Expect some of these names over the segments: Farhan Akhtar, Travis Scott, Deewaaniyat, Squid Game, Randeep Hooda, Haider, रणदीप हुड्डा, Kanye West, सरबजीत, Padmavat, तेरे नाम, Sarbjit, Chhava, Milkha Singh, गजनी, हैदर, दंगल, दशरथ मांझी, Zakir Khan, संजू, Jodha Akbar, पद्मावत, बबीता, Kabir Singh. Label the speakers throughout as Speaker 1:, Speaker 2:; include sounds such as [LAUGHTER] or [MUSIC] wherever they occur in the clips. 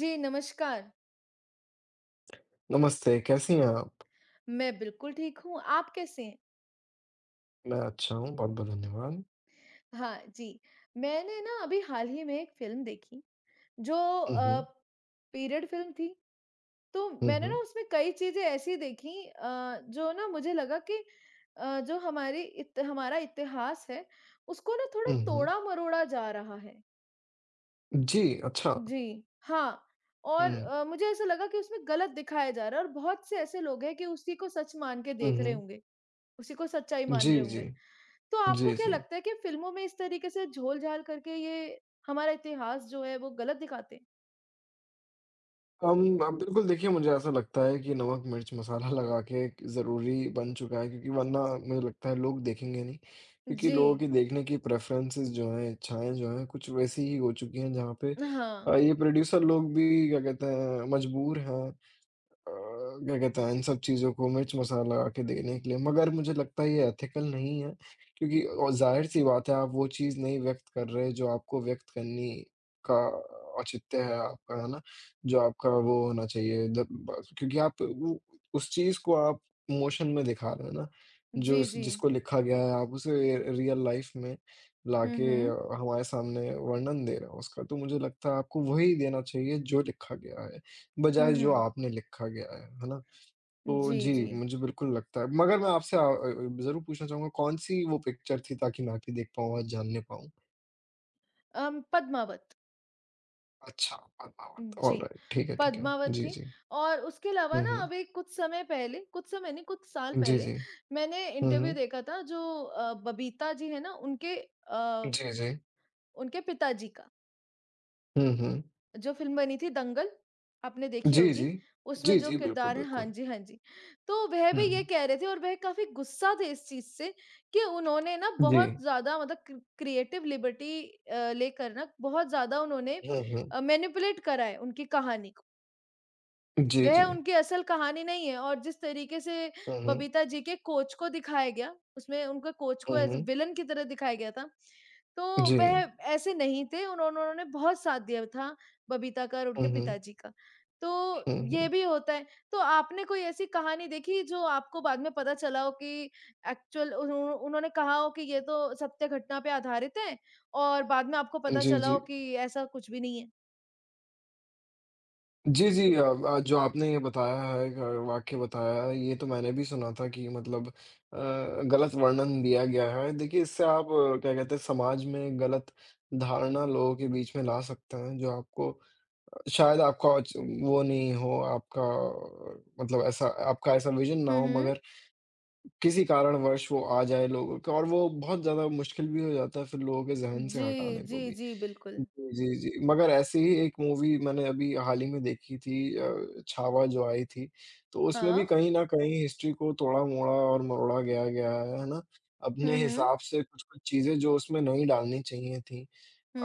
Speaker 1: जी, नमस्कार।
Speaker 2: नमस्ते, कैसी हैं आप?
Speaker 1: मैं बिल्कुल ठीक हूँ, आप कैसे हैं?
Speaker 2: मैं अच्छा हूँ, बहुत-बहुत धन्यवाद।
Speaker 1: हाँ जी, मैंने ना अभी हाल ही में एक फ़िल्म देखी जो
Speaker 2: हुँ,
Speaker 1: अ,
Speaker 2: हुँ।
Speaker 1: पीरियड फ़िल्म थी। तो
Speaker 2: हुँ,
Speaker 1: मैंने ना
Speaker 2: हुँ।
Speaker 1: उसमें कई चीज़ें ऐसी देखी जो ना मुझे लगा कि जो हमारी इत हमारा इतिहास है, उसको ना थोड़ा
Speaker 2: हुँ, हुँ।
Speaker 1: तोड़ा-मरोड़ा जा रहा है।
Speaker 2: जी, अच्छा।
Speaker 1: जी, हाँ। और
Speaker 2: हुँ,
Speaker 1: मुझे ऐसा लगा कि उसमें गलत दिखाया जा रहा है और बहुत से ऐसे लोग हैं कि उसी को सच मान के
Speaker 2: हुँ,
Speaker 1: देख रहे
Speaker 2: हुँ।
Speaker 1: होंगे, उसी को सच्चाई मान
Speaker 2: जी,
Speaker 1: रहे
Speaker 2: जी।
Speaker 1: होंगे। तो आपको
Speaker 2: जी,
Speaker 1: क्या
Speaker 2: जी।
Speaker 1: लगता है कि फ़िल्मों में इस तरीके से झोल-झाल करके ये हमारा इतिहास जो है वो गलत दिखाते हैं?
Speaker 2: अब बिल्कुल देखिए मुझे ऐसा लगता है कि नमक, मिर्च, मसाला [LAUGHS] लगा के एक ज़रूरी बन चुका है क्योंकि वरना मुझे लगता है लोग देखेंगे नहीं। क्योंकि
Speaker 1: जी।
Speaker 2: लोगों की देखने की प्रेफ़रेंसेस जो हैं, इच्छाएँ जो हैं, कुछ वैसी ही हो चुकी हैं जहाँ पे
Speaker 1: हाँ।
Speaker 2: ये प्रोड्यूसर लोग भी क्या कहते हैं मजबूर हैं, अ, क्या कहते हैं इन सब चीज़ों को मिर्च मसाला के देने के लिए मगर मुझे लगता है ये एथिकल नहीं है क्योंकि और ज़ाहिर-सी बात है आप वो चीज़ नहीं व्यक्त कर रहे जो आपको व्यक्त करनी का औचित्य है आपका, है ना? जो आपका वो होना चाहिए जब ब क्योंकि आप वो उस चीज़ को आप इमोशन में दिखा रहे हो ना, जो
Speaker 1: जी,
Speaker 2: इस
Speaker 1: जी।
Speaker 2: जिसको लिखा गया है आप उसे रियल लाइफ़ में
Speaker 1: हुँ,
Speaker 2: लाके
Speaker 1: हुँ।
Speaker 2: हमारे सामने वर्णन दे रहे हो उसका, तो मुझे लगता है आपको वही देना चाहिए जो लिखा गया है।
Speaker 1: हुँ,
Speaker 2: बजाय जो
Speaker 1: हुँ।
Speaker 2: आपने लिखा गया है ना? तो
Speaker 1: जी,
Speaker 2: जी,
Speaker 1: जी।
Speaker 2: मुझे बिल्कुल लगता है मगर मैं आपसे ज़रूर पूछना चाहूँगा कौन-सी वो पिक्चर थी ताकि मैं भी देख पाऊँ और जानने पाऊँ?
Speaker 1: पद्मावत।
Speaker 2: अच्छा, पद्मावत
Speaker 1: जी,
Speaker 2: ऑलराइट ठीक है, ठीक है।
Speaker 1: पद्मावत
Speaker 2: जी,
Speaker 1: थी
Speaker 2: जी।
Speaker 1: और उसके अलावा
Speaker 2: हुँ,
Speaker 1: ना
Speaker 2: हुँ।
Speaker 1: अभी कुछ समय पहले कुछ समय नहीं कुछ साल
Speaker 2: जी,
Speaker 1: पहले
Speaker 2: जी।
Speaker 1: मैंने
Speaker 2: हुँ,
Speaker 1: इंटरव्यू
Speaker 2: हुँ।
Speaker 1: देखा था जो बबीता जी है ना अ,
Speaker 2: जी, जी।
Speaker 1: उनके पिताजी का।
Speaker 2: हुँ, हुँ।
Speaker 1: जो फ़िल्म बनी थी दंगल, आपने देखी
Speaker 2: जी,
Speaker 1: होगी,
Speaker 2: जी। जी,
Speaker 1: उसमें जो
Speaker 2: जी, बिल्कुल,
Speaker 1: किरदार है। हाँ
Speaker 2: बिल्कुल।
Speaker 1: जी, हाँ जी। तो वह
Speaker 2: हुँ,
Speaker 1: भी ये
Speaker 2: हुँ।
Speaker 1: कह रहे थे और वह काफ़ी गुस्सा थे इस चीज़ से कि उन्होंने ना
Speaker 2: जी।
Speaker 1: बहुत ज़्यादा मतलब क्रिएटिव लिबर्टी लेकर ना बहुत ज़्यादा उन्होंने
Speaker 2: हुँ, हुँ।
Speaker 1: मैनिपुलेट करा है उनकी कहानी को।
Speaker 2: जी,
Speaker 1: वह
Speaker 2: जी।
Speaker 1: उनकी असल कहानी नहीं है और जिस तरीके से
Speaker 2: हुँ, हुँ।
Speaker 1: बबीता जी के कोच को दिखाया गया, उसमें उनका कोच
Speaker 2: हुँ,
Speaker 1: को एज़ अ
Speaker 2: हुँ।
Speaker 1: विलेन की तरह दिखाया गया था, तो
Speaker 2: जी।
Speaker 1: वह ऐसे नहीं थे। उन्होंने उन्होंने बहुत साथ दिया था बबीता का और
Speaker 2: हुँ,
Speaker 1: उनके
Speaker 2: हुँ।
Speaker 1: पिताजी का। तो
Speaker 2: हुँ,
Speaker 1: ये
Speaker 2: हुँ।
Speaker 1: भी होता है। तो आपने कोई ऐसी कहानी देखी जो आपको बाद में पता चला हो कि एक्चुअल उन्होंने कहा हो कि ये तो सत्य घटना पे आधारित है और बाद में आपको पता
Speaker 2: जी,
Speaker 1: चला
Speaker 2: जी।
Speaker 1: हो कि ऐसा कुछ भी नहीं है?
Speaker 2: जी, जी। जो आपने ये बताया है, वाक्य बताया है, ये तो मैंने भी सुना था कि मतलब, गलत वर्णन दिया गया है। देखिए, इससे आप, क्या कहते हैं, समाज में गलत धारणा लोगों के बीच में ला सकते हैं, जो आपको शायद आपका औच वो नहीं हो, आपका, मतलब ऐसा आपका ऐसा विज़न ना
Speaker 1: हुँ,
Speaker 2: हो,
Speaker 1: हुँ।
Speaker 2: मगर किसी कारणवश वो आ जाए लोगों के और वो बहुत ज़्यादा मुश्किल भी हो जाता है फिर लोगों के ज़हन से
Speaker 1: जी,
Speaker 2: हटाने को
Speaker 1: जी,
Speaker 2: भी।
Speaker 1: जी, बिल्कुल।
Speaker 2: जी, जी, जी। मगर ऐसी ही एक मूवी मैंने अभी हाल ही में देखी थी, छावा जो आई थी, तो उसमें
Speaker 1: हाँ।
Speaker 2: भी कहीं न कहीं हिस्ट्री को तोड़ा-मोड़ा और मरोड़ा गया गया है ना? अपने
Speaker 1: हुँ, हुँ।
Speaker 2: हिसाब से कुछ-कुछ चीज़ें जो उसमें नहीं डालनी चाहिए थी,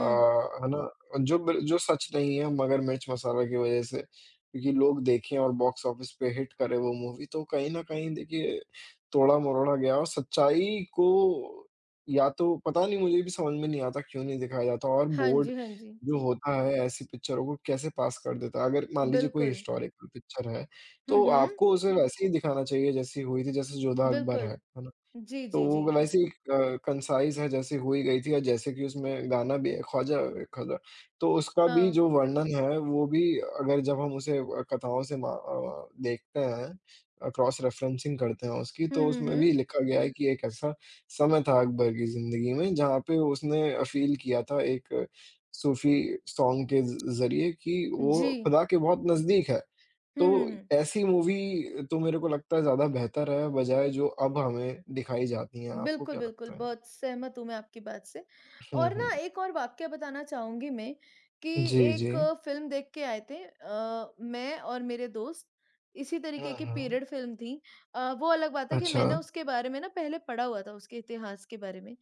Speaker 2: अ, है ना? जो बिल जो सच नहीं है मगर मिर्च मसाला की वज़ह से, क्योंकि लोग देखें और बॉक्स ऑफिस पे हिट करे वो मूवी तो कहीं न कहीं देखिए तोड़ा-मरोड़ा गया और सच्चाई को या तो पता नहीं मुझे भी समझ में नहीं आता क्यों नहीं दिखाया जाता और
Speaker 1: हाँ
Speaker 2: बोर्ड
Speaker 1: जी, हाँ जी।
Speaker 2: जो होता है ऐसी पिक्चरों को कैसे पास कर देता है? अगर मान लीजिए कोई
Speaker 1: बिल्कुल।
Speaker 2: हिस्टोरिकल पिक्चर है,
Speaker 1: हुँ,
Speaker 2: तो
Speaker 1: हुँ।
Speaker 2: आपको उसे वैसे ही दिखाना चाहिए जैसी हुई थी, जैसे जोधा अकबर है।
Speaker 1: बिल्कुल।
Speaker 2: है ना?
Speaker 1: जी,
Speaker 2: तो
Speaker 1: जी, जी।
Speaker 2: वो वैसे ही कंसाइज़ है जैसे हो ही गई थी और जैसे कि उसमें गाना भी है ख्वाजा ख्वाजा, तो उसका भी
Speaker 1: हाँ।
Speaker 2: जो वर्णन है वो भी अगर जब हम उसे कथाओं से मा देखते हैं, क्रॉस रेफ़रेंसिंग करते हैं उसकी
Speaker 1: हुँ,
Speaker 2: तो
Speaker 1: हुँ,
Speaker 2: उसमें भी
Speaker 1: हुँ।
Speaker 2: लिखा गया है कि एक ऐसा समय था अकबर की ज़िंदगी में जहाँ पे उसने फ़ील किया था एक सूफ़ी सॉन्ग के ज़ ज़रिए कि वो
Speaker 1: जी।
Speaker 2: खुदा के बहुत नज़दीक है।
Speaker 1: हुँ,
Speaker 2: तो
Speaker 1: हुँ, हुँ।
Speaker 2: ऐसी मूवी तो मेरे को लगता है ज़्यादा बेहतर है, बजाए जो अब हमें दिखाई जाती हैं, आपको
Speaker 1: बिल्कुल,
Speaker 2: क्या
Speaker 1: बिल्कुल,
Speaker 2: लगता है?
Speaker 1: बहुत सहमत हूँ मैं आपकी बात से।
Speaker 2: हुँ,
Speaker 1: और
Speaker 2: हुँ।
Speaker 1: ना एक और वाक़या बताना चाहूँगी मैं कि
Speaker 2: जी, जी।
Speaker 1: एक फ़िल्म देख के आए थे मैं और मेरे दोस्त, इसी
Speaker 2: हुँ,
Speaker 1: तरीके की
Speaker 2: हुँ।
Speaker 1: पीरियड फ़िल्म थी। वो अलग बात है कि
Speaker 2: अच्छा।
Speaker 1: मैंने उसके बारे में ना पहले पढ़ा हुआ था, उसके इतिहास के बारे में।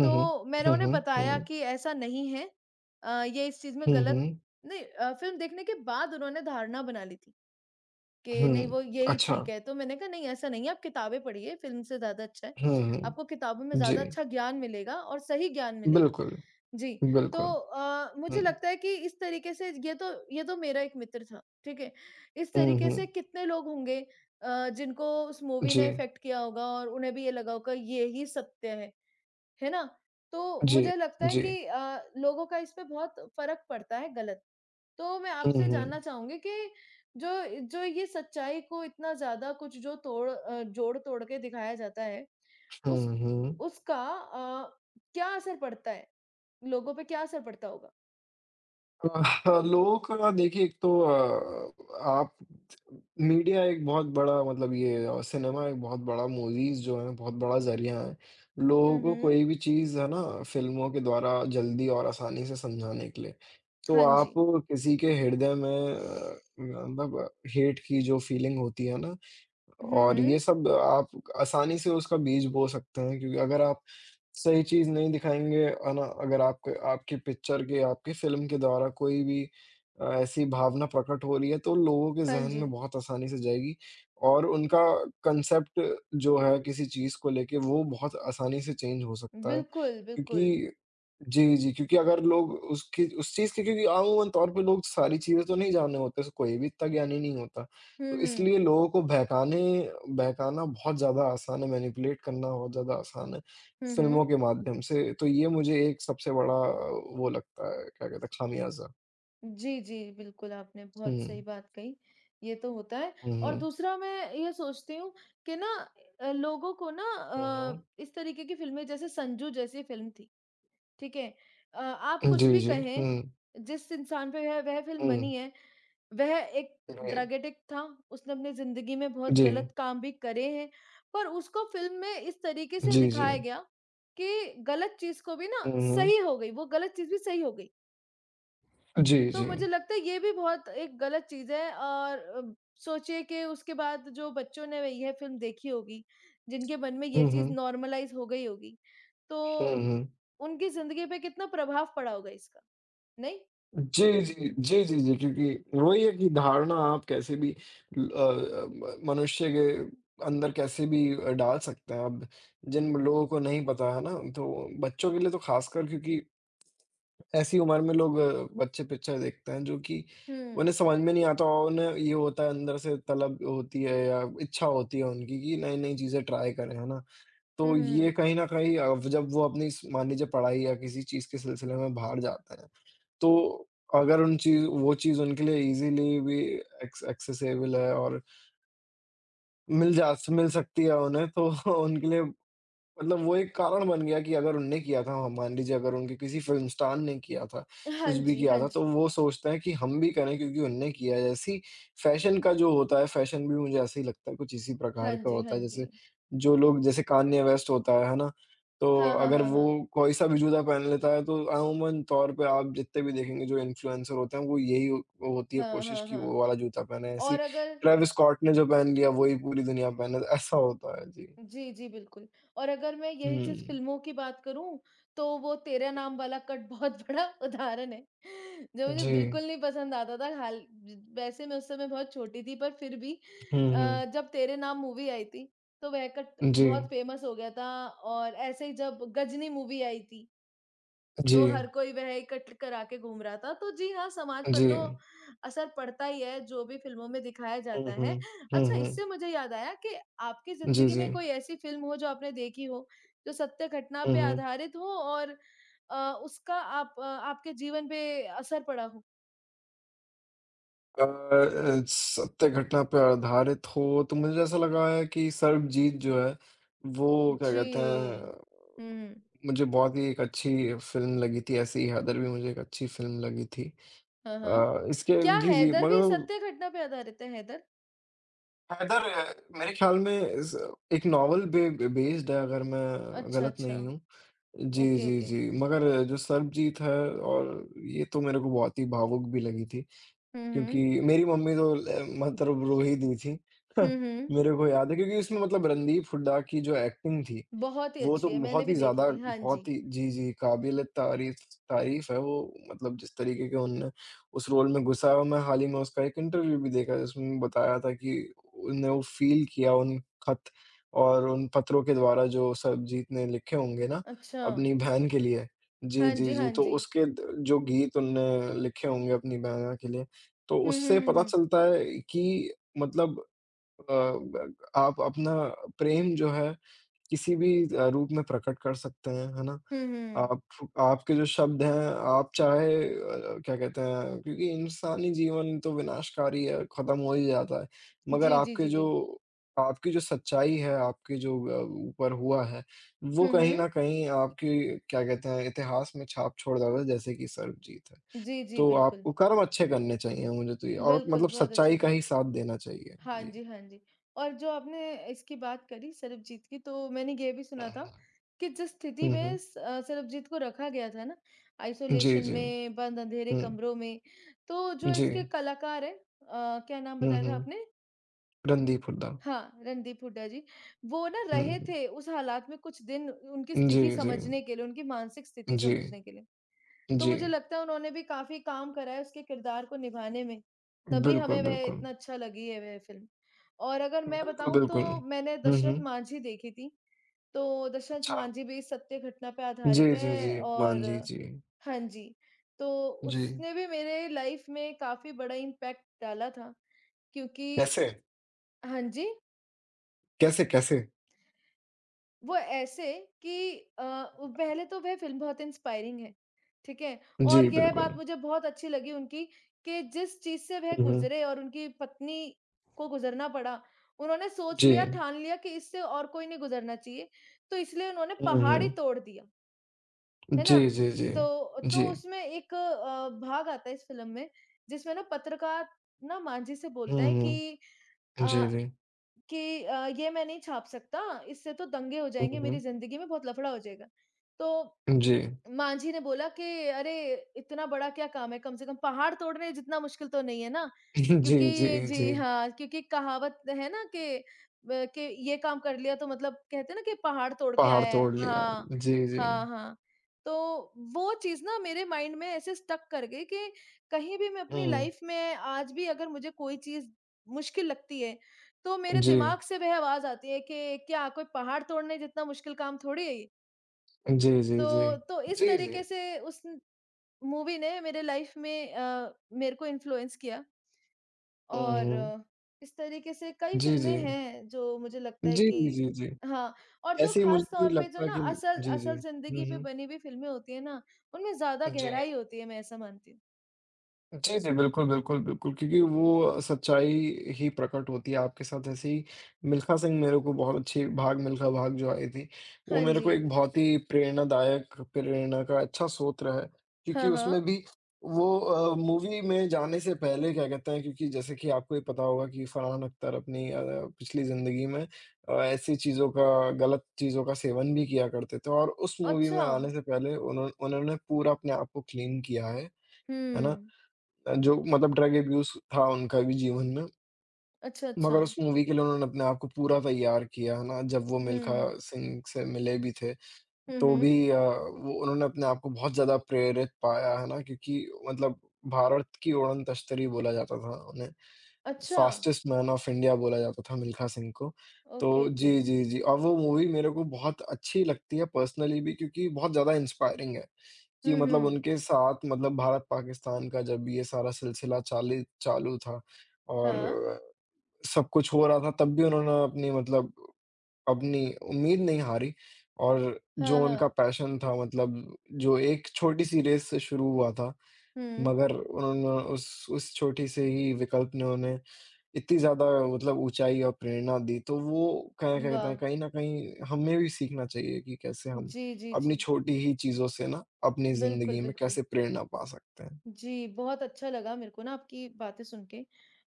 Speaker 2: हुँ, हुँ।
Speaker 1: तो मैंने
Speaker 2: हुँ,
Speaker 1: उन्हें
Speaker 2: हुँ,
Speaker 1: बताया
Speaker 2: हुँ।
Speaker 1: कि ऐसा नहीं है, ये इस चीज़ में
Speaker 2: हुँ,
Speaker 1: गलत
Speaker 2: हुँ।
Speaker 1: नहीं। फ़िल्म देखने के बाद उन्होंने धारणा बना ली थी कि नहीं
Speaker 2: हुँ।
Speaker 1: वो यही
Speaker 2: अच्छा।
Speaker 1: ठीक है। तो मैंने कहा नहीं ऐसा नहीं है, आप किताबें पढ़िए, फ़िल्म से ज़्यादा अच्छा है।
Speaker 2: हुँ, हुँ।
Speaker 1: आपको किताबों में
Speaker 2: जी।
Speaker 1: ज़्यादा अच्छा ज्ञान मिलेगा और सही ज्ञान मिलेगा।
Speaker 2: बिल्कुल,
Speaker 1: जी, तो
Speaker 2: बिल्कुल।
Speaker 1: मुझे
Speaker 2: हुँ।
Speaker 1: लगता है कि इस तरीके से ये तो मेरा एक मित्र था, ठीक है? इस
Speaker 2: हुँ,
Speaker 1: तरीके से
Speaker 2: हुँ।
Speaker 1: कितने लोग होंगे जिनको उस मूवी
Speaker 2: जी,
Speaker 1: ने इफ़ेक्ट किया होगा और उन्हें भी ये लगा होगा ये ही सत्य है। है ना? तो
Speaker 2: जी,
Speaker 1: मुझे लगता है
Speaker 2: जी।
Speaker 1: कि लोगों का इस पे बहुत फ़र्क पड़ता है गलत। तो मैं
Speaker 2: हुँ,
Speaker 1: आपसे
Speaker 2: हुँ।
Speaker 1: जानना चाहूँगी कि जो जो ये सच्चाई को इतना ज़्यादा कुछ जो जोड़-तोड़ के दिखाया जाता है, उस
Speaker 2: हुँ, हुँ।
Speaker 1: उसका क्या असर पड़ता है? लोगों पे क्या असर पड़ता होगा?
Speaker 2: लोगों का देखिए एक तो, आप मीडिया एक बहुत बड़ा मतलब ये, सिनेमा एक बहुत बड़ा मूवीज़ जो है बहुत बड़ा ज़रिया है। लोगों
Speaker 1: हुँ,
Speaker 2: को
Speaker 1: हुँ।
Speaker 2: कोई भी चीज़ है ना फ़िल्मों के द्वारा जल्दी और आसानी से समझाने के लिए। तो
Speaker 1: हाँ
Speaker 2: आप
Speaker 1: जी।
Speaker 2: किसी के हृदय में, मतलब हेट की जो फ़ीलिंग होती है ना
Speaker 1: हुँ,
Speaker 2: और ये
Speaker 1: हुँ।
Speaker 2: सब आप आसानी से उसका बीज बो सकते हैं क्योंकि अगर आप सही चीज़ नहीं दिखाएँगे है ना, अगर आपके आपकी पिक्चर के, आपकी फ़िल्म के द्वारा कोई भी, ऐसी भावना प्रकट हो रही है, तो लोगों के
Speaker 1: हाँ
Speaker 2: ज़हन में
Speaker 1: जी।
Speaker 2: बहुत आसानी से जाएगी और उनका कंसेप्ट जो है किसी चीज़ को लेके वो बहुत आसानी से चेंज हो सकता है।
Speaker 1: बिल्कुल, बिल्कुल।
Speaker 2: क्योंकि जी, जी, क्योंकि अगर लोग उसकी उस चीज़ की क्योंकि आमूमन तौर पे लोग सारी चीज़ें तो नहीं जाने होते, स कोई भी इतना ज्ञानी नहीं होता।
Speaker 1: हुँ,
Speaker 2: तो
Speaker 1: हुँ।
Speaker 2: इसलिए लोगों को बहकाने बहकाना बहुत ज़्यादा आसान है, मैनिपुलेट करना बहुत ज़्यादा आसान है,
Speaker 1: हुँ,
Speaker 2: फ़िल्मों
Speaker 1: हुँ।
Speaker 2: के माध्यम से। तो ये मुझे एक सबसे बड़ा, वो लगता है, क्या कहते हैं, खामियाज़ा।
Speaker 1: जी, जी, बिल्कुल, आपने बहुत सही
Speaker 2: हुँ,
Speaker 1: बात कही, ये तो होता है।
Speaker 2: हुँ,
Speaker 1: और
Speaker 2: हुँ।
Speaker 1: दूसरा मैं ये सोचती हूँ कि ना लोगों को ना
Speaker 2: हुँ, हुँ।
Speaker 1: इस तरीके की फ़िल्में जैसे संजू जैसी फ़िल्म थी, ठीक है? आप कुछ
Speaker 2: जी,
Speaker 1: भी
Speaker 2: जी।
Speaker 1: कहें,
Speaker 2: हुँ,
Speaker 1: जिस इंसान पे वह फ़िल्म
Speaker 2: हुँ।
Speaker 1: बनी है, वह एक
Speaker 2: जी,
Speaker 1: ड्रग एडिक्ट था, उसने अपनी ज़िंदगी में बहुत
Speaker 2: जी,
Speaker 1: गलत काम भी करे हैं, पर उसको फ़िल्म में इस तरीके से
Speaker 2: जी, जी।
Speaker 1: दिखाया गया कि गलत चीज़ को भी ना
Speaker 2: हुँ, हुँ।
Speaker 1: सही हो गई, वो गलत चीज़ भी सही हो गई।
Speaker 2: जी,
Speaker 1: तो
Speaker 2: जी।
Speaker 1: मुझे लगता है ये भी बहुत एक गलत चीज़ है और सोचिए कि उसके बाद जो बच्चों ने यह फ़िल्म देखी होगी, जिनके मन में ये
Speaker 2: हुँ,
Speaker 1: चीज़
Speaker 2: हुँ।
Speaker 1: नॉर्मलाइज़ हो गई होगी,
Speaker 2: हुँ,
Speaker 1: तो
Speaker 2: हुँ।
Speaker 1: उनकी ज़िंदगी पे कितना प्रभाव पड़ा होगा इसका, नहीं?
Speaker 2: जी, जी। जी, जी, जी, क्योंकि वही है कि धारणा आप कैसे भी ल अ अ, म मनुष्य के अंदर कैसे भी, डाल सकते हैं। अब जिन लोगों को नहीं पता है ना, तो बच्चों के लिए तो ख़ासकर क्योंकि ऐसी उम्र में लोग, बच्चे पिक्चर देखते हैं जो कि
Speaker 1: हुँ।
Speaker 2: उन्हें समझ में नहीं आता और उन्हें ये होता है अंदर से तलब होती है या इच्छा होती है उनकी कि नई-नई चीज़ें ट्राई करें, है ना?
Speaker 1: हुँ,
Speaker 2: तो
Speaker 1: हुँ,
Speaker 2: ये
Speaker 1: हुँ।
Speaker 2: कहीं न कहीं, जब वो अपनी स मान लीजिए पढ़ाई या किसी चीज़ के सिलसिले में बाहर जाते हैं तो अगर उन चीज़ वो चीज़ उनके लिए ईज़िली भी एक्सेसिबल है और मिल जा स मिल सकती है उन्हें तो [LAUGHS] उनके लिए मतलब वो एक कारण बन गया कि अगर उनने किया था हम मान लीजिए अगर उनके किसी फ़िल्म स्टार ने किया था,
Speaker 1: हाँ
Speaker 2: कुछ भी
Speaker 1: जी,
Speaker 2: किया
Speaker 1: हाँ
Speaker 2: था,
Speaker 1: जी।
Speaker 2: तो वो सोचते हैं कि हम भी करें क्योंकि उनने किया है। जैसे ही फ़ैशन का जो होता है, फ़ैशन भी मुझे ऐसे ही लगता है कुछ इसी
Speaker 1: हाँ
Speaker 2: प्रकार का
Speaker 1: जी, हाँ
Speaker 2: होता है।
Speaker 1: जी।
Speaker 2: जैसे जो लोग जैसे कान्ये वेस्ट होता है ना? तो
Speaker 1: हाँ, हाँ,
Speaker 2: अगर
Speaker 1: हाँ,
Speaker 2: वो
Speaker 1: हाँ।
Speaker 2: कोई-सा भी जूता पहन लेता है तो अमूमन तौर पे आप जितने भी देखेंगे जो इन्फ्लुएंसर होते हैं वो यही वो होती है
Speaker 1: हाँ,
Speaker 2: कोशिश
Speaker 1: हाँ,
Speaker 2: कि वो
Speaker 1: हाँ।
Speaker 2: वाला जूता पहने। ऐसे ही
Speaker 1: और अगर
Speaker 2: ट्रेविस स्कॉट ने जो पहन लिया वही पूरी दुनिया पहने, ऐसा होता है। जी।
Speaker 1: जी, जी, बिल्कुल। और अगर मैं यही चीज़
Speaker 2: हुँ।
Speaker 1: फ़िल्मों की बात करूँ, तो वो तेरा नाम वाला कट बहुत [LAUGHS] बड़ा उदाहरण है, जो मुझे
Speaker 2: जी।
Speaker 1: बिल्कुल नहीं पसंद आता था। हाल ज वैसे मैं उस समय बहुत छोटी थी, पर फिर भी
Speaker 2: हुँ, हुँ।
Speaker 1: जब तेरे नाम मूवी आई थी, तो वह कट
Speaker 2: जी,
Speaker 1: बहुत फ़ेमस हो गया था और ऐसे ही जब गजनी मूवी आई थी, तो
Speaker 2: जी,
Speaker 1: हर कोई वह इकट्ठ करा के घूम रहा था। तो जी हाँ, समाज पर
Speaker 2: जी।
Speaker 1: तो असर पड़ता ही है, जो भी फ़िल्मों में दिखाया
Speaker 2: हुँ,
Speaker 1: जाता
Speaker 2: हुँ।
Speaker 1: है।
Speaker 2: हुँ,
Speaker 1: अच्छा,
Speaker 2: हुँ।
Speaker 1: इससे मुझे याद आया कि आपकी
Speaker 2: जी,
Speaker 1: ज़िंदगी
Speaker 2: जी।
Speaker 1: में कोई ऐसी फ़िल्म हो जो आपने देखी हो, जो सत्य घटना
Speaker 2: हुँ,
Speaker 1: पे
Speaker 2: हुँ।
Speaker 1: आधारित हो और उसका आपके जीवन पे असर पड़ा हो?
Speaker 2: सत्य घटना पे आधारित हो तो मुझे ऐसा लगा है कि सर्वजीत जो है वो क्या
Speaker 1: जी।
Speaker 2: कहते हैं
Speaker 1: हुँ।
Speaker 2: मुझे बहुत ही एक अच्छी फ़िल्म लगी थी, ऐसे ही हैदर भी मुझे एक अच्छी फ़िल्म लगी थी।
Speaker 1: हाँ, हाँ।
Speaker 2: इसके
Speaker 1: क्या
Speaker 2: जी, जी
Speaker 1: 'हैदर' भी
Speaker 2: मगर
Speaker 1: सत्य घटना पे आधारित है 'हैदर'?
Speaker 2: हैदर, मेरे ख़्याल में इस एक नॉवल बे बेस्ड है अगर मैं
Speaker 1: अच्छा,
Speaker 2: गलत
Speaker 1: अच्छा।
Speaker 2: नहीं हूँ। जी,
Speaker 1: ओके,
Speaker 2: जी,
Speaker 1: ओके।
Speaker 2: जी। मगर जो सर्वजीत है और ये तो मेरे को बहुत ही भावुक भी लगी थी।
Speaker 1: हुँ, हुँ।
Speaker 2: क्योंकि मेरी मम्मी तो ल मतलब रो ही दी थी।
Speaker 1: हुँ,
Speaker 2: [LAUGHS]
Speaker 1: हुँ।
Speaker 2: मेरे को याद है क्योंकि उसमें मतलब रणदीप हुड्डा की जो एक्टिंग थी,
Speaker 1: बहुत ही
Speaker 2: वो तो
Speaker 1: अच्छी है, मैंने
Speaker 2: बहुत ही
Speaker 1: भी देखी
Speaker 2: ज़्यादा
Speaker 1: थी। हाँ
Speaker 2: बहुत
Speaker 1: जी।
Speaker 2: ही जी, जी, काबिल-ए-तारीफ़ तारीफ़ है वो मतलब जिस तरीके के उनने उस रोल में घुसा है, और मैं हाल ही में उसका एक इंटरव्यू भी देखा जिसमें बताया था कि उन्हें वो फ़ील किया उन खत और उन पत्रों के द्वारा जो सरबजीत ने लिखे होंगे ना,
Speaker 1: अच्छा।
Speaker 2: अपनी बहन के लिए। जी,
Speaker 1: हाँ
Speaker 2: जी,
Speaker 1: जी,
Speaker 2: जी,
Speaker 1: हाँ
Speaker 2: तो
Speaker 1: जी।
Speaker 2: उसके द जो गीत उनने लिखे होंगे अपनी बहना के लिए। तो
Speaker 1: हुँ, हुँ,
Speaker 2: उससे
Speaker 1: हुँ,
Speaker 2: पता
Speaker 1: हुँ।
Speaker 2: चलता है कि मतलब, अ, ब आप अपना प्रेम जो है किसी भी, रूप में प्रकट कर सकते हैं, है ना?
Speaker 1: हुँ, हुँ।
Speaker 2: आप आपके जो शब्द हैं, आप चाहे, क्या कहते हैं क्योंकि इंसानी जीवन तो विनाशकारी है, खत्म हो ही जाता है। मगर
Speaker 1: जी, जी,
Speaker 2: आपके
Speaker 1: जी,
Speaker 2: जो
Speaker 1: जी।
Speaker 2: आपकी जो सच्चाई है, आपके जो, ऊपर हुआ है, वो
Speaker 1: हुँ,
Speaker 2: कहीं
Speaker 1: हुँ।
Speaker 2: न कहीं आपकी क्या कहते हैं इतिहास में छाप छोड़ जाता है जैसे कि सर्वजीत। है।
Speaker 1: जी, जी,
Speaker 2: तो
Speaker 1: बिल्कुल।
Speaker 2: आपको कर्म अच्छे करने चाहिए मुझे तो ये और
Speaker 1: बिल्कुल,
Speaker 2: मतलब
Speaker 1: बहुत अच्छी
Speaker 2: सच्चाई का
Speaker 1: बात।
Speaker 2: ही साथ देना चाहिए।
Speaker 1: हाँ
Speaker 2: जी।
Speaker 1: जी, हाँ जी। और जो आपने इसकी बात करी सरबजीत की, तो मैंने ये भी
Speaker 2: हाँ,
Speaker 1: सुना था
Speaker 2: हाँ।
Speaker 1: कि जिस स्थिति
Speaker 2: हुँ,
Speaker 1: में
Speaker 2: हुँ।
Speaker 1: सरबजीत को रखा गया था ना,
Speaker 2: जी,
Speaker 1: आइसोलेशन
Speaker 2: जी।
Speaker 1: में, बंद अंधेरे
Speaker 2: हुँ,
Speaker 1: कमरों में, तो जो
Speaker 2: जी।
Speaker 1: इसके कलाकार हैं क्या नाम
Speaker 2: हुँ,
Speaker 1: बताया था
Speaker 2: हुँ।
Speaker 1: आपने?
Speaker 2: रणदीप हुड्डा।
Speaker 1: हाँ, रणदीप हुड्डा जी। वो ना
Speaker 2: हुँ,
Speaker 1: रहे
Speaker 2: हुँ।
Speaker 1: थे उस हालात में कुछ दिन उनकी
Speaker 2: जी,
Speaker 1: स्थिति
Speaker 2: जी।
Speaker 1: समझने के लिए, उनकी मानसिक स्थिति
Speaker 2: जी,
Speaker 1: समझने के लिए। तो
Speaker 2: जी।
Speaker 1: मुझे लगता है उन्होंने भी काफ़ी काम करा है उसके किरदार को निभाने में, तभी
Speaker 2: बिल्कुल,
Speaker 1: हमें वह
Speaker 2: बिल्कुल।
Speaker 1: इतना अच्छा लगी है वह फ़िल्म। और अगर मैं
Speaker 2: बिल्कुल,
Speaker 1: बताऊँ
Speaker 2: बिल्कुल।
Speaker 1: तो मैंने
Speaker 2: हुँ, हुँ।
Speaker 1: दशरथ मांझी देखी थी, तो दशरथ
Speaker 2: अच्छा।
Speaker 1: मांझी भी सत्य घटना पे आधारित
Speaker 2: जी, जी, जी।
Speaker 1: है
Speaker 2: मान
Speaker 1: और
Speaker 2: जी, जी।
Speaker 1: हाँ जी, तो
Speaker 2: जी।
Speaker 1: उसने भी मेरे लाइफ़ में काफ़ी बड़ा इम्पैक्ट डाला था क्योंकि
Speaker 2: कैसे?
Speaker 1: हाँ जी?
Speaker 2: कैसे, कैसे?
Speaker 1: वो ऐसे कि वो पहले तो वह फ़िल्म बहुत इंस्पायरिंग है, ठीक है? और
Speaker 2: जी,
Speaker 1: यह बात
Speaker 2: बिल्कुल।
Speaker 1: मुझे बहुत अच्छी लगी उनकी कि जिस चीज़ से वह
Speaker 2: हुँ, हुँ।
Speaker 1: गुज़रे और उनकी पत्नी को गुज़रना पड़ा, उन्होंने सोच
Speaker 2: जी।
Speaker 1: लिया, ठान लिया कि इससे और कोई नहीं गुज़रना चाहिए, तो इसलिए उन्होंने
Speaker 2: हुँ,
Speaker 1: पहाड़ ही
Speaker 2: हुँ।
Speaker 1: तोड़ दिया, है ना?
Speaker 2: जी, जी, जी।
Speaker 1: तो
Speaker 2: जी।
Speaker 1: उसमें एक भाग आता है इस फ़िल्म में, जिसमें ना पत्रकार ना मांझी से
Speaker 2: हुँ,
Speaker 1: बोलता है
Speaker 2: हुँ।
Speaker 1: अ
Speaker 2: जी, जी।
Speaker 1: कि ये मैं नहीं छाप सकता, इससे तो दंगे हो
Speaker 2: हुँ,
Speaker 1: जाएँगे, मेरी
Speaker 2: हुँ।
Speaker 1: ज़िंदगी में बहुत लफड़ा हो जाएगा। तो
Speaker 2: जी।
Speaker 1: मांझी ने बोला कि अरे इतना बड़ा क्या काम है, कम से कम पहाड़ तोड़ने जितना मुश्किल तो नहीं है ना?
Speaker 2: [LAUGHS] जी, जी,
Speaker 1: क्योंकि
Speaker 2: जी।
Speaker 1: जी हाँ, क्योंकि कहावत है ना कि ये काम कर लिया तो मतलब कहते हैं ना कि पहाड़ तोड़ के
Speaker 2: पहाड़
Speaker 1: आया है।
Speaker 2: तोड़ लिया।
Speaker 1: हाँ,
Speaker 2: जी, जी।
Speaker 1: हाँ, हाँ। तो वो चीज़ ना मेरे माइंड में ऐसे स्टक कर गई कि कहीं भी मैं अपनी
Speaker 2: हुँ।
Speaker 1: लाइफ में आज भी अगर मुझे कोई चीज़ मुश्किल लगती है, तो मेरे
Speaker 2: जी।
Speaker 1: दिमाग से वह आवाज़ आती है कि क्या कोई पहाड़ तोड़ने जितना मुश्किल काम थोड़ी है ये?
Speaker 2: जी, जी,
Speaker 1: तो
Speaker 2: जी।
Speaker 1: तो इस
Speaker 2: जी, जी।
Speaker 1: तरीके से उस मूवी ने मेरे लाइफ में मेरे को इन्फ्लुएंस किया
Speaker 2: हुँ,
Speaker 1: और
Speaker 2: हुँ।
Speaker 1: इस तरीके से कई
Speaker 2: जी, जी।
Speaker 1: फ़िल्में हैं जो मुझे लगता है
Speaker 2: जी, जी,
Speaker 1: कि
Speaker 2: जी, जी।
Speaker 1: हाँ, और जो
Speaker 2: ऐसे ही मुझे
Speaker 1: ख़ास
Speaker 2: भी
Speaker 1: तौर पे जो
Speaker 2: लगता है
Speaker 1: ना
Speaker 2: कि
Speaker 1: असल
Speaker 2: जी, जी।
Speaker 1: असल
Speaker 2: हुँ,
Speaker 1: ज़िंदगी पे
Speaker 2: हुँ।
Speaker 1: बनी हुई फ़िल्में होती हैं ना, उनमें ज़्यादा
Speaker 2: जी।
Speaker 1: गहराई होती है, मैं ऐसा मानती हूँ।
Speaker 2: जी, जी। बिल्कुल, बिल्कुल, बिल्कुल, क्योंकि वो सच्चाई ही प्रकट होती है आपके साथ ऐसे ही मिल्खा सिंह मेरे को बहुत अच्छी भाग मिल्खा भाग जो आई थी, वो
Speaker 1: हाँ
Speaker 2: मेरे
Speaker 1: जी।
Speaker 2: को एक बहुत ही प्रेरणादायक प्रेरणा का अच्छा स्रोत है, क्योंकि
Speaker 1: हाँ,
Speaker 2: उसमें
Speaker 1: हाँ।
Speaker 2: भी वो, मूवी में जाने से पहले क्या कहते हैं क्योंकि जैसे कि आपको ये पता होगा कि फरहान अख्तर अपनी, पिछली ज़िंदगी में, ऐसी चीज़ों का गलत चीज़ों का सेवन भी किया करते थे और उस मूवी में
Speaker 1: अच्छा।
Speaker 2: आने से पहले उन्होंने पूरा अपने आप को क्लीन किया है ना?
Speaker 1: हुँ।
Speaker 2: जो मतलब ड्रग अब्यूज़ था उनका भी जीवन में,
Speaker 1: अच्छा, अच्छा।
Speaker 2: मगर उस मूवी के लिए उन्होंने अपने आप को पूरा तैयार किया, है ना? जब वो मिल्खा
Speaker 1: हुँ।
Speaker 2: सिंह से मिले भी थे,
Speaker 1: हुँ,
Speaker 2: तो भी,
Speaker 1: हुँ।
Speaker 2: वो उन्होंने अपने आप को बहुत ज़्यादा प्रेरित पाया, है ना? क्योंकि मतलब भारत की उड़न तश्तरी बोला जाता था उन्हें,
Speaker 1: अच्छा।
Speaker 2: फास्टेस्ट मैन ऑफ इंडिया बोला जाता था मिल्खा सिंह को। तो
Speaker 1: ओके, ओके।
Speaker 2: जी, जी, जी और वो मूवी मेरे को बहुत अच्छी लगती है पर्सनली भी क्योंकि बहुत ज़्यादा इंस्पायरिंग है। कि
Speaker 1: हुँ,
Speaker 2: मतलब
Speaker 1: हुँ।
Speaker 2: उनके साथ मतलब भारत-पाकिस्तान का जब ये सारा सिलसिला चालि चालू था और
Speaker 1: हाँ।
Speaker 2: हुँ। सब कुछ हो रहा था तब भी उन्होंने अपनी मतलब अपनी उम्मीद नहीं हारी और जो
Speaker 1: हाँ,
Speaker 2: उनका
Speaker 1: हाँ।
Speaker 2: पैशन था मतलब जो एक छोटी-सी रेस से शुरू हुआ था,
Speaker 1: हुँ।
Speaker 2: मगर उन्होंने उस छोटी से ही विकल्प ने उन्हें इतनी ज़्यादा मतलब ऊँचाई और प्रेरणा दी, तो वो क्या कहते
Speaker 1: वाह!
Speaker 2: हैं, कहीं न कहीं हमें भी सीखना चाहिए कि कैसे हम
Speaker 1: जी, जी, जी।
Speaker 2: अपनी छोटी ही चीज़ों से ना अपनी
Speaker 1: बिल्कुल,
Speaker 2: ज़िंदगी में
Speaker 1: बिल्कुल।
Speaker 2: कैसे प्रेरणा पा सकते हैं।
Speaker 1: जी, बहुत अच्छा लगा मेरे को ना आपकी बातें सुन के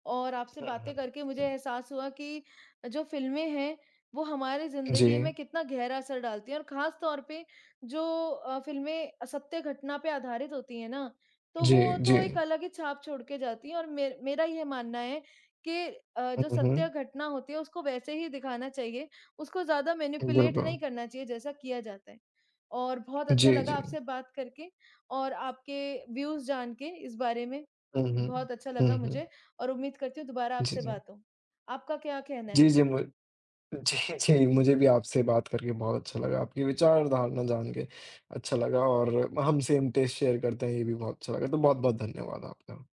Speaker 1: और आपसे
Speaker 2: हुँ, हुँ।
Speaker 1: बातें करके मुझे एहसास हुआ कि जो फ़िल्में हैं, वो हमारी
Speaker 2: जी,
Speaker 1: ज़िंदगी में कितना गहरा असर डालती हैं और ख़ास तौर पे जो फ़िल्में सत्य घटना पे आधारित होती हैं ना, तो
Speaker 2: जी,
Speaker 1: वो
Speaker 2: जी।
Speaker 1: तो एक अलग ही छाप छोड़ के जाती हैं और मे मेरा ये मानना है कि जो
Speaker 2: हुँ, हुँ।
Speaker 1: सत्य घटना होती है, उसको वैसे ही दिखाना चाहिए, उसको ज़्यादा मैनिपुलेट
Speaker 2: बिल्कुल।
Speaker 1: नहीं करना चाहिए, जैसा किया जाता है। और बहुत अच्छा
Speaker 2: जी, जी।
Speaker 1: लगा आपसे बात करके। और आपके व्यूज़ जान के इस बारे में
Speaker 2: हुँ, हुँ।
Speaker 1: बहुत अच्छा
Speaker 2: हुँ,
Speaker 1: लगा
Speaker 2: हुँ।
Speaker 1: मुझे और उम्मीद करती हूँ दोबारा
Speaker 2: जी,
Speaker 1: आपसे
Speaker 2: जी।
Speaker 1: बात हो। आपका क्या कहना
Speaker 2: जी,
Speaker 1: है?
Speaker 2: जी, मु जी, जी, मुझे भी आपसे बात करके बहुत अच्छा लगा। आपकी विचारधारणा जान के अच्छा लगा और हम सेम टेस्ट शेयर करते हैं, ये भी बहुत अच्छा लगा। तो बहुत-बहुत धन्यवाद आपका।